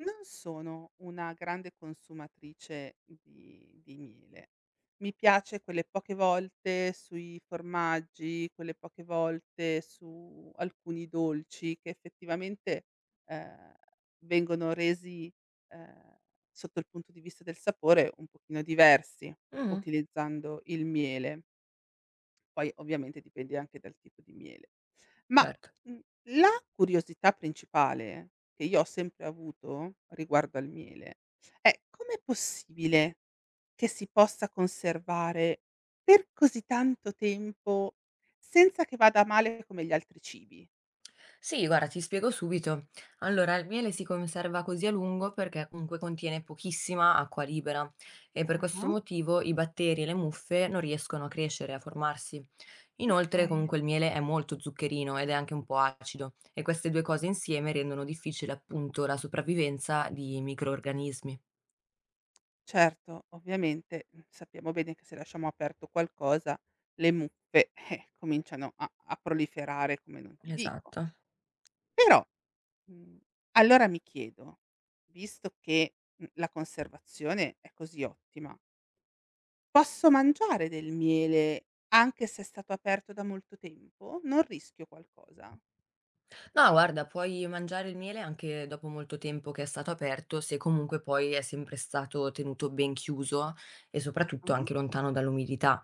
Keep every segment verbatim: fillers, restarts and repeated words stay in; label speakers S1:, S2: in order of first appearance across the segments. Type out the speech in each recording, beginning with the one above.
S1: Non sono una grande consumatrice di di miele. Mi piace quelle poche volte sui formaggi, quelle poche volte su alcuni dolci che effettivamente, ehm, vengono resi, ehm, sotto il punto di vista del sapore un pochino diversi
S2: Mh-mh,
S1: utilizzando il miele. Poi ovviamente dipende anche dal tipo di miele. Ma,
S2: certo.
S1: mhmm, la curiosità principale che io ho sempre avuto riguardo al miele è: com'è possibile che si possa conservare per così tanto tempo senza che vada a male come gli altri cibi?
S2: Sì, guarda, ti spiego subito. Allora, il miele si conserva così a lungo perché comunque contiene pochissima acqua libera e per questo
S1: Ah-ah,
S2: motivo i batteri e le muffe non riescono a crescere, a formarsi. Inoltre,
S1: okay.
S2: comunque, il miele è molto zuccherino ed è anche un po' acido e queste due cose insieme rendono difficile, appunto, la sopravvivenza di microrganismi.
S1: Certo, ovviamente, mhmm, sappiamo bene che se lasciamo aperto qualcosa le muffe, eh, cominciano a a proliferare come non ti dico.
S2: Esatto.
S1: Però Mhmm, allora mi chiedo, visto che, mhmm, la conservazione è così ottima, posso mangiare del miele anche se è stato aperto da molto tempo? Non rischio qualcosa?
S2: No, guarda, puoi mangiare il miele anche dopo molto tempo che è stato aperto, se comunque poi è sempre stato tenuto ben chiuso e soprattutto
S1: Ah-ah,
S2: anche lontano dall'umidità.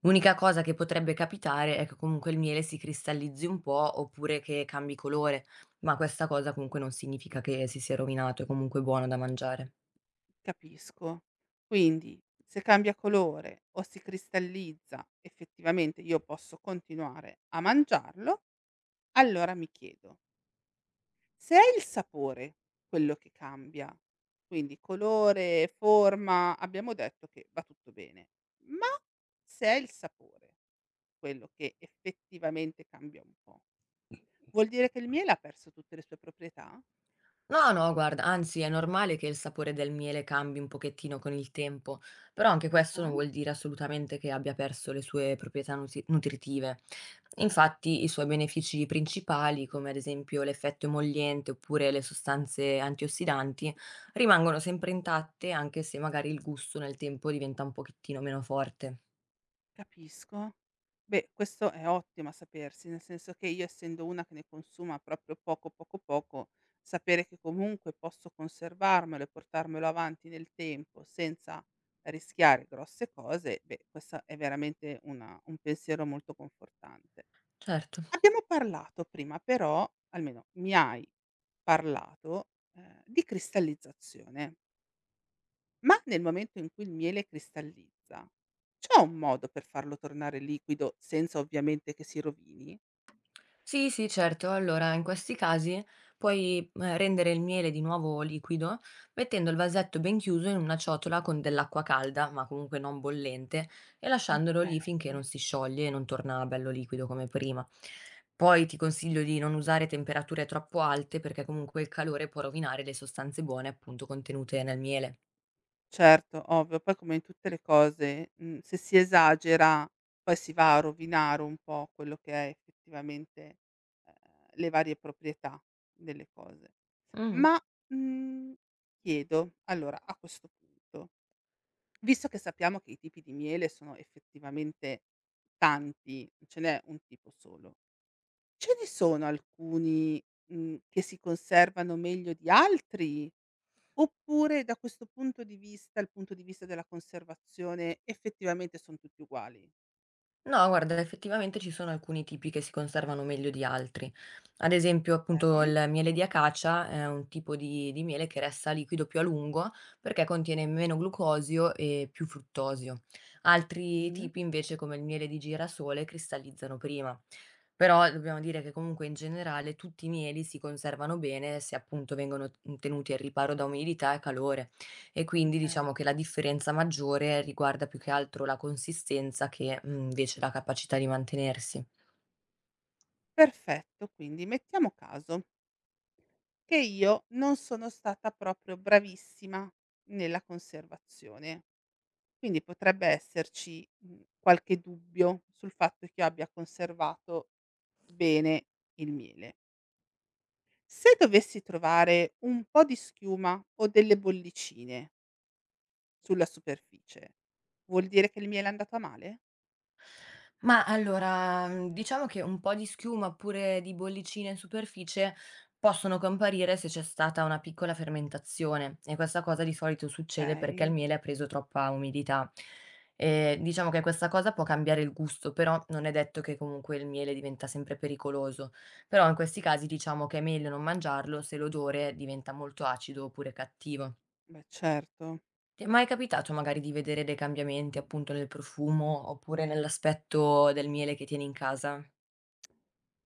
S2: L'unica cosa che potrebbe capitare è che comunque il miele si cristallizzi un po' oppure che cambi colore, ma questa cosa comunque non significa che si sia rovinato, è comunque buono da mangiare.
S1: capisco. Quindi se cambia colore o si cristallizza, effettivamente io posso continuare a mangiarlo? Allora mi chiedo: se è il sapore quello che cambia, quindi colore, forma, abbiamo detto che va tutto bene, ma se è il sapore quello che effettivamente cambia un po', vuol dire che il miele ha perso tutte le sue proprietà?
S2: No, no, guarda, anzi è normale che il sapore del miele cambi un pochettino con il tempo, però anche questo non
S1: Ah-ah.
S2: vuol dire assolutamente che abbia perso le sue proprietà nutri- nutritive. Infatti, i suoi benefici principali, come ad esempio l'effetto emolliente oppure le sostanze antiossidanti, rimangono sempre intatte anche se magari il gusto nel tempo diventa un pochettino meno forte.
S1: Capisco. Beh, questo è ottimo a sapersi, nel senso che io, essendo una che ne consuma proprio poco, poco, poco, sapere che comunque posso conservarmelo e portarmelo avanti nel tempo senza rischiare grosse cose, beh, questa è veramente una un pensiero molto confortante.
S2: Certo.
S1: Abbiamo parlato prima, però, almeno mi hai parlato, ehm, di cristallizzazione. Ma nel momento in cui il miele cristallizza, c'è un modo per farlo tornare liquido senza ovviamente che si rovini?
S2: Sì, sì, certo. Allora, in questi casi puoi eh, rendere il miele di nuovo liquido mettendo il vasetto ben chiuso in una ciotola con dell'acqua calda, ma comunque non bollente, e lasciandolo lì
S1: Okay.
S2: finché non si scioglie e non torna bello liquido come prima. Poi ti consiglio di non usare temperature troppo alte perché comunque il calore può rovinare le sostanze buone appunto contenute nel miele.
S1: Certo, ovvio, poi come in tutte le cose, mhmm, se si esagera poi si va a rovinare un po' quello che è effettivamente, ehm, le varie proprietà delle cose.
S2: Mm.
S1: Ma, mhmm, Chiedo allora a questo punto, visto che sappiamo che i tipi di miele sono effettivamente tanti, non ce n'è un tipo solo. Ce ne sono alcuni, mhmm, che si conservano meglio di altri? Oppure da questo punto di vista, il punto di vista della conservazione, effettivamente son tutti uguali?
S2: No, guarda, effettivamente ci sono alcuni tipi che si conservano meglio di altri. Ad esempio, appunto,
S1: Okay.
S2: il miele di acacia è un tipo di, di miele che resta liquido più a lungo perché contiene meno glucosio e più fruttosio. Altri
S1: Mh-mh.
S2: tipi, invece, come il miele di girasole, cristallizzano prima. Però dobbiamo dire che comunque in generale tutti i mieli si conservano bene se appunto vengono tenuti al riparo da umidità e calore. E quindi
S1: Okay.
S2: diciamo che la differenza maggiore riguarda più che altro la consistenza che, mhmm, invece la capacità di mantenersi.
S1: Perfetto, quindi mettiamo caso che io non sono stata proprio bravissima nella conservazione, quindi potrebbe esserci, mhmm, qualche dubbio sul fatto che io abbia conservato bene il miele. Se dovessi trovare un po' di schiuma o delle bollicine sulla superficie, vuol dire che il miele è andato a male?
S2: Ma allora, mhmm, diciamo che un po' di schiuma, oppure di bollicine in superficie, possono comparire se c'è stata una piccola fermentazione e questa cosa di solito succede perché il
S1: Okay,
S2: miele ha preso troppa umidità. Ehm, diciamo che questa cosa può cambiare il gusto, però non è detto che comunque il miele diventa sempre pericoloso. Però in questi casi diciamo che è meglio non mangiarlo se l'odore diventa molto acido oppure cattivo.
S1: beh certo.
S2: Ti è mai capitato magari di vedere dei cambiamenti appunto nel profumo oppure nell'aspetto del miele che tieni in casa?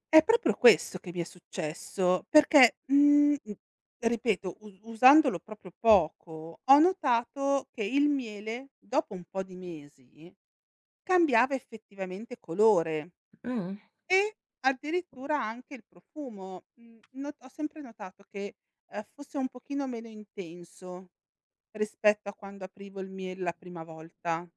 S1: È proprio questo che mi è successo perché, mhmm, mhmm, ripeto, u usandolo proprio poco, ho notato che il miele, dopo un po' di mesi, cambiava effettivamente colore.
S2: Mh.
S1: E addirittura anche il profumo. Mhmm, no, ho sempre notato che, ehm, fosse un pochino meno intenso rispetto a quando aprivo il miele la prima volta.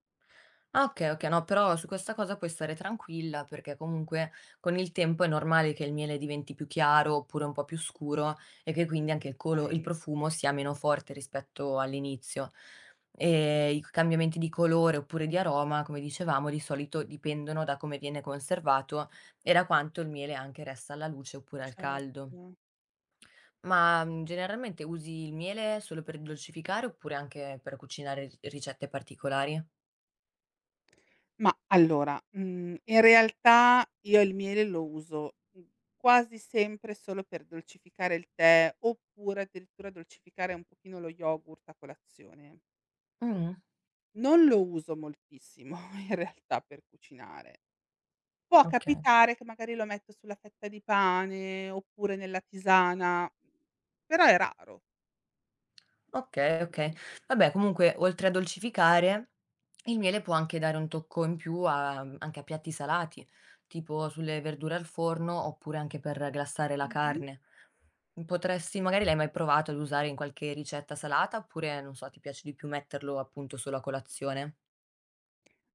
S2: Ah, okay, okay, no, però su questa cosa puoi stare tranquilla perché comunque con il tempo è normale che il miele diventi più chiaro oppure un po' più scuro e che quindi anche il colo il
S1: Okay,
S2: profumo sia meno forte rispetto all'inizio. Ehm, I cambiamenti di colore oppure di aroma, come dicevamo, di solito dipendono da come viene conservato e da quanto il miele anche resta alla luce oppure al
S1: certo.
S2: caldo. Ma, mhmm, generalmente usi il miele solo per dolcificare oppure anche per cucinare ri ricette particolari?
S1: Ma allora, mhmm, in realtà io il miele lo uso, mhmm, quasi sempre solo per dolcificare il tè, oppure addirittura dolcificare un pochino lo yogurt a colazione.
S2: Mh.
S1: Non lo uso moltissimo in realtà per cucinare. Può
S2: Okay.
S1: capitare che magari lo metto sulla fetta di pane, oppure nella tisana, però è raro.
S2: Okay, okay. Vabbè, comunque, oltre a dolcificare, il miele può anche dare un tocco in più a mhmm, anche a piatti salati, tipo sulle verdure al forno oppure anche per glassare la
S1: Mh-mh.
S2: carne. Potresti magari l'hai mai provato ad usare in qualche ricetta salata oppure, non so, ti piace di più metterlo appunto solo a colazione?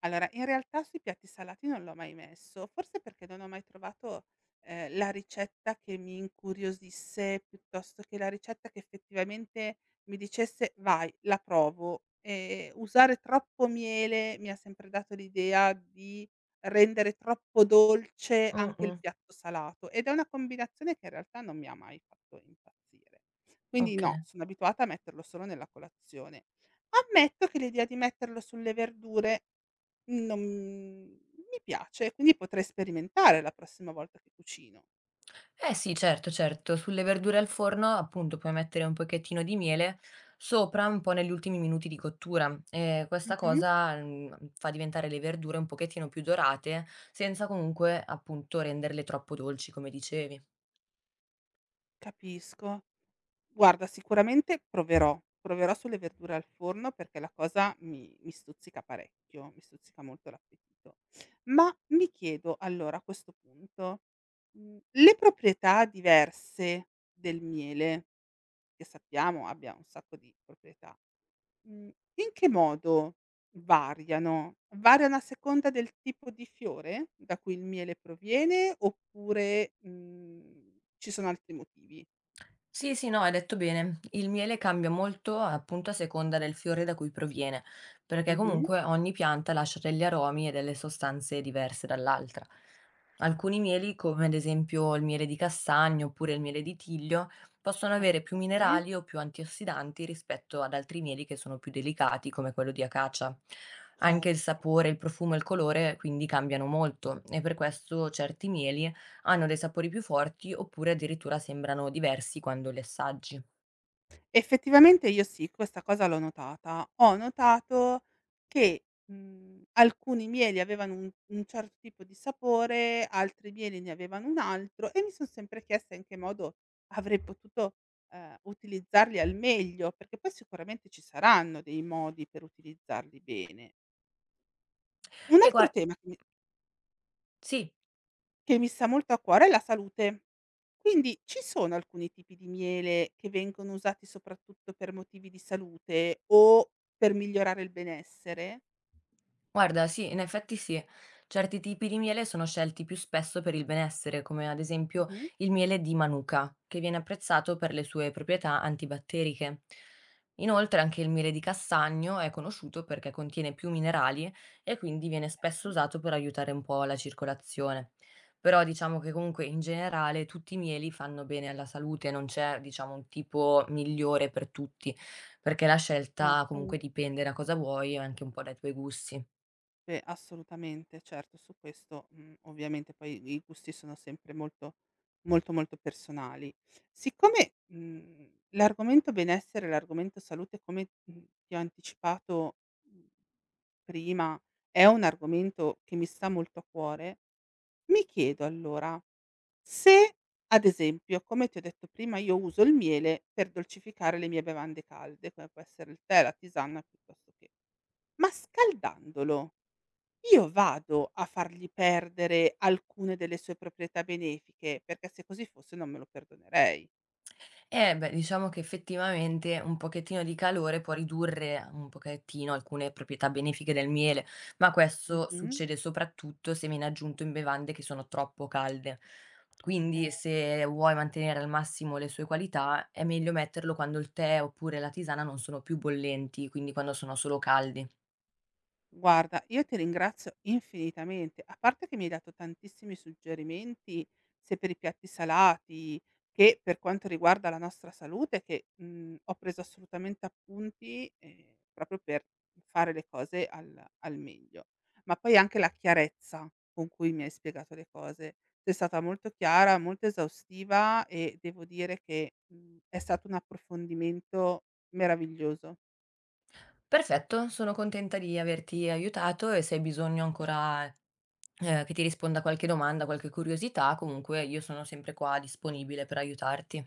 S1: Allora, in realtà sui piatti salati non l'ho mai messo, forse perché non ho mai trovato, ehm, la ricetta che mi incuriosisse, piuttosto che la ricetta che effettivamente mi dicesse: "Vai, la provo". Ehm, usare troppo miele mi ha sempre dato l'idea di rendere troppo dolce anche il
S2: Mh-mh,
S1: piatto salato, ed è una combinazione che in realtà non mi ha mai fatto impazzire. Quindi no,
S2: okay.
S1: sono abituata a metterlo solo nella colazione. Ammetto che l'idea di metterlo sulle verdure non mi piace, quindi potrei sperimentare la prossima volta che cucino.
S2: Eh sì, certo, certo. Sulle verdure al forno, appunto, puoi mettere un pochettino di miele sopra un po' negli ultimi minuti di cottura. E questa
S1: Mh-mh,
S2: cosa, mm, fa diventare le verdure un pochettino più dorate, senza comunque, appunto, renderle troppo dolci, come dicevi.
S1: capisco. Guarda, sicuramente proverò, proverò sulle verdure al forno perché la cosa mi mi stuzzica parecchio, mi stuzzica molto l'appetito. Ma mi chiedo allora a questo punto, mhmm, le proprietà diverse del miele, che sappiamo abbia un sacco di proprietà, Mhmm, in che modo variano? Variano a seconda del tipo di fiore da cui il miele proviene oppure, mhmm, ci sono altri motivi?
S2: Sì, sì, no, hai detto bene. Il miele cambia molto appunto a seconda del fiore da cui proviene, perché
S1: Mh-mh.
S2: comunque ogni pianta lascia degli aromi e delle sostanze diverse dall'altra. Alcuni mieli, come ad esempio il miele di castagno oppure il miele di tiglio, possono avere più
S1: Okay,
S2: minerali o più antiossidanti rispetto ad altri mieli che sono più delicati, come quello di acacia. Anche
S1: certo.
S2: il sapore, il profumo e il colore quindi cambiano molto e per questo certi mieli hanno dei sapori più forti oppure addirittura sembrano diversi quando li assaggi.
S1: Effettivamente io sì, questa cosa l'ho notata. Ho notato che, mhmm, alcuni mieli avevano un un certo tipo di sapore, altri mieli ne avevano un altro e mi son sempre chiesta in che modo avrei potuto, ehm, utilizzarli al meglio, perché poi sicuramente ci saranno dei modi per utilizzarli bene. Un
S2: E gua
S1: altro tema che mi
S2: Sì,
S1: Che mi sta molto a cuore è la salute. Quindi ci sono alcuni tipi di miele che vengono usati soprattutto per motivi di salute o per migliorare il benessere?
S2: guarda, sì, in effetti sì. Certi tipi di miele sono scelti più spesso per il benessere, come ad esempio
S1: Mh-mh.
S2: il miele di Manuka, che viene apprezzato per le sue proprietà antibatteriche. Inoltre anche il miele di castagno è conosciuto perché contiene più minerali e quindi viene spesso
S1: Mh.
S2: usato per aiutare un po' la circolazione. Però diciamo che comunque in generale tutti i mieli fanno bene alla salute, non c'è diciamo un tipo migliore per tutti, perché la scelta
S1: Certo.
S2: comunque dipende da cosa vuoi e anche un po' dai tuoi gusti.
S1: Beh, assolutamente, certo, su questo, mhmm, ovviamente poi i gusti sono sempre molto, molto, molto personali. Siccome, mhmm, l'argomento benessere, l'argomento salute, come, mhmm, ti ho anticipato, mhmm, prima, è un argomento che mi sta molto a cuore. Mi chiedo allora, se ad esempio, come ti ho detto prima, io uso il miele per dolcificare le mie bevande calde, come può essere il tè, la tisana, piuttosto che ma scaldandolo, io vado a fargli perdere alcune delle sue proprietà benefiche? Perché se così fosse non me lo perdonerei.
S2: Eh beh, diciamo che effettivamente un pochettino di calore può ridurre un pochettino alcune proprietà benefiche del miele, ma questo
S1: Mh-mh.
S2: succede soprattutto se viene aggiunto in bevande che sono troppo calde.
S1: Okay.
S2: Quindi se vuoi mantenere al massimo le sue qualità, è meglio metterlo quando il tè oppure la tisana non sono più bollenti, quindi quando sono solo caldi.
S1: Guarda, io ti ringrazio infinitamente. A parte che mi hai dato tantissimi suggerimenti, sia per i piatti salati che per quanto riguarda la nostra salute, che, mhmm, ho preso assolutamente appunti, ehm, proprio per fare le cose al al meglio. Ma poi anche la chiarezza con cui mi hai spiegato le cose. Sei stata molto chiara, molto esaustiva e devo dire che, mhmm, è stato un approfondimento meraviglioso.
S2: Perfetto, sono contenta di averti aiutato e se hai bisogno ancora Ehm, che ti risponda a qualche domanda, qualche curiosità, comunque io sono sempre qua disponibile per aiutarti.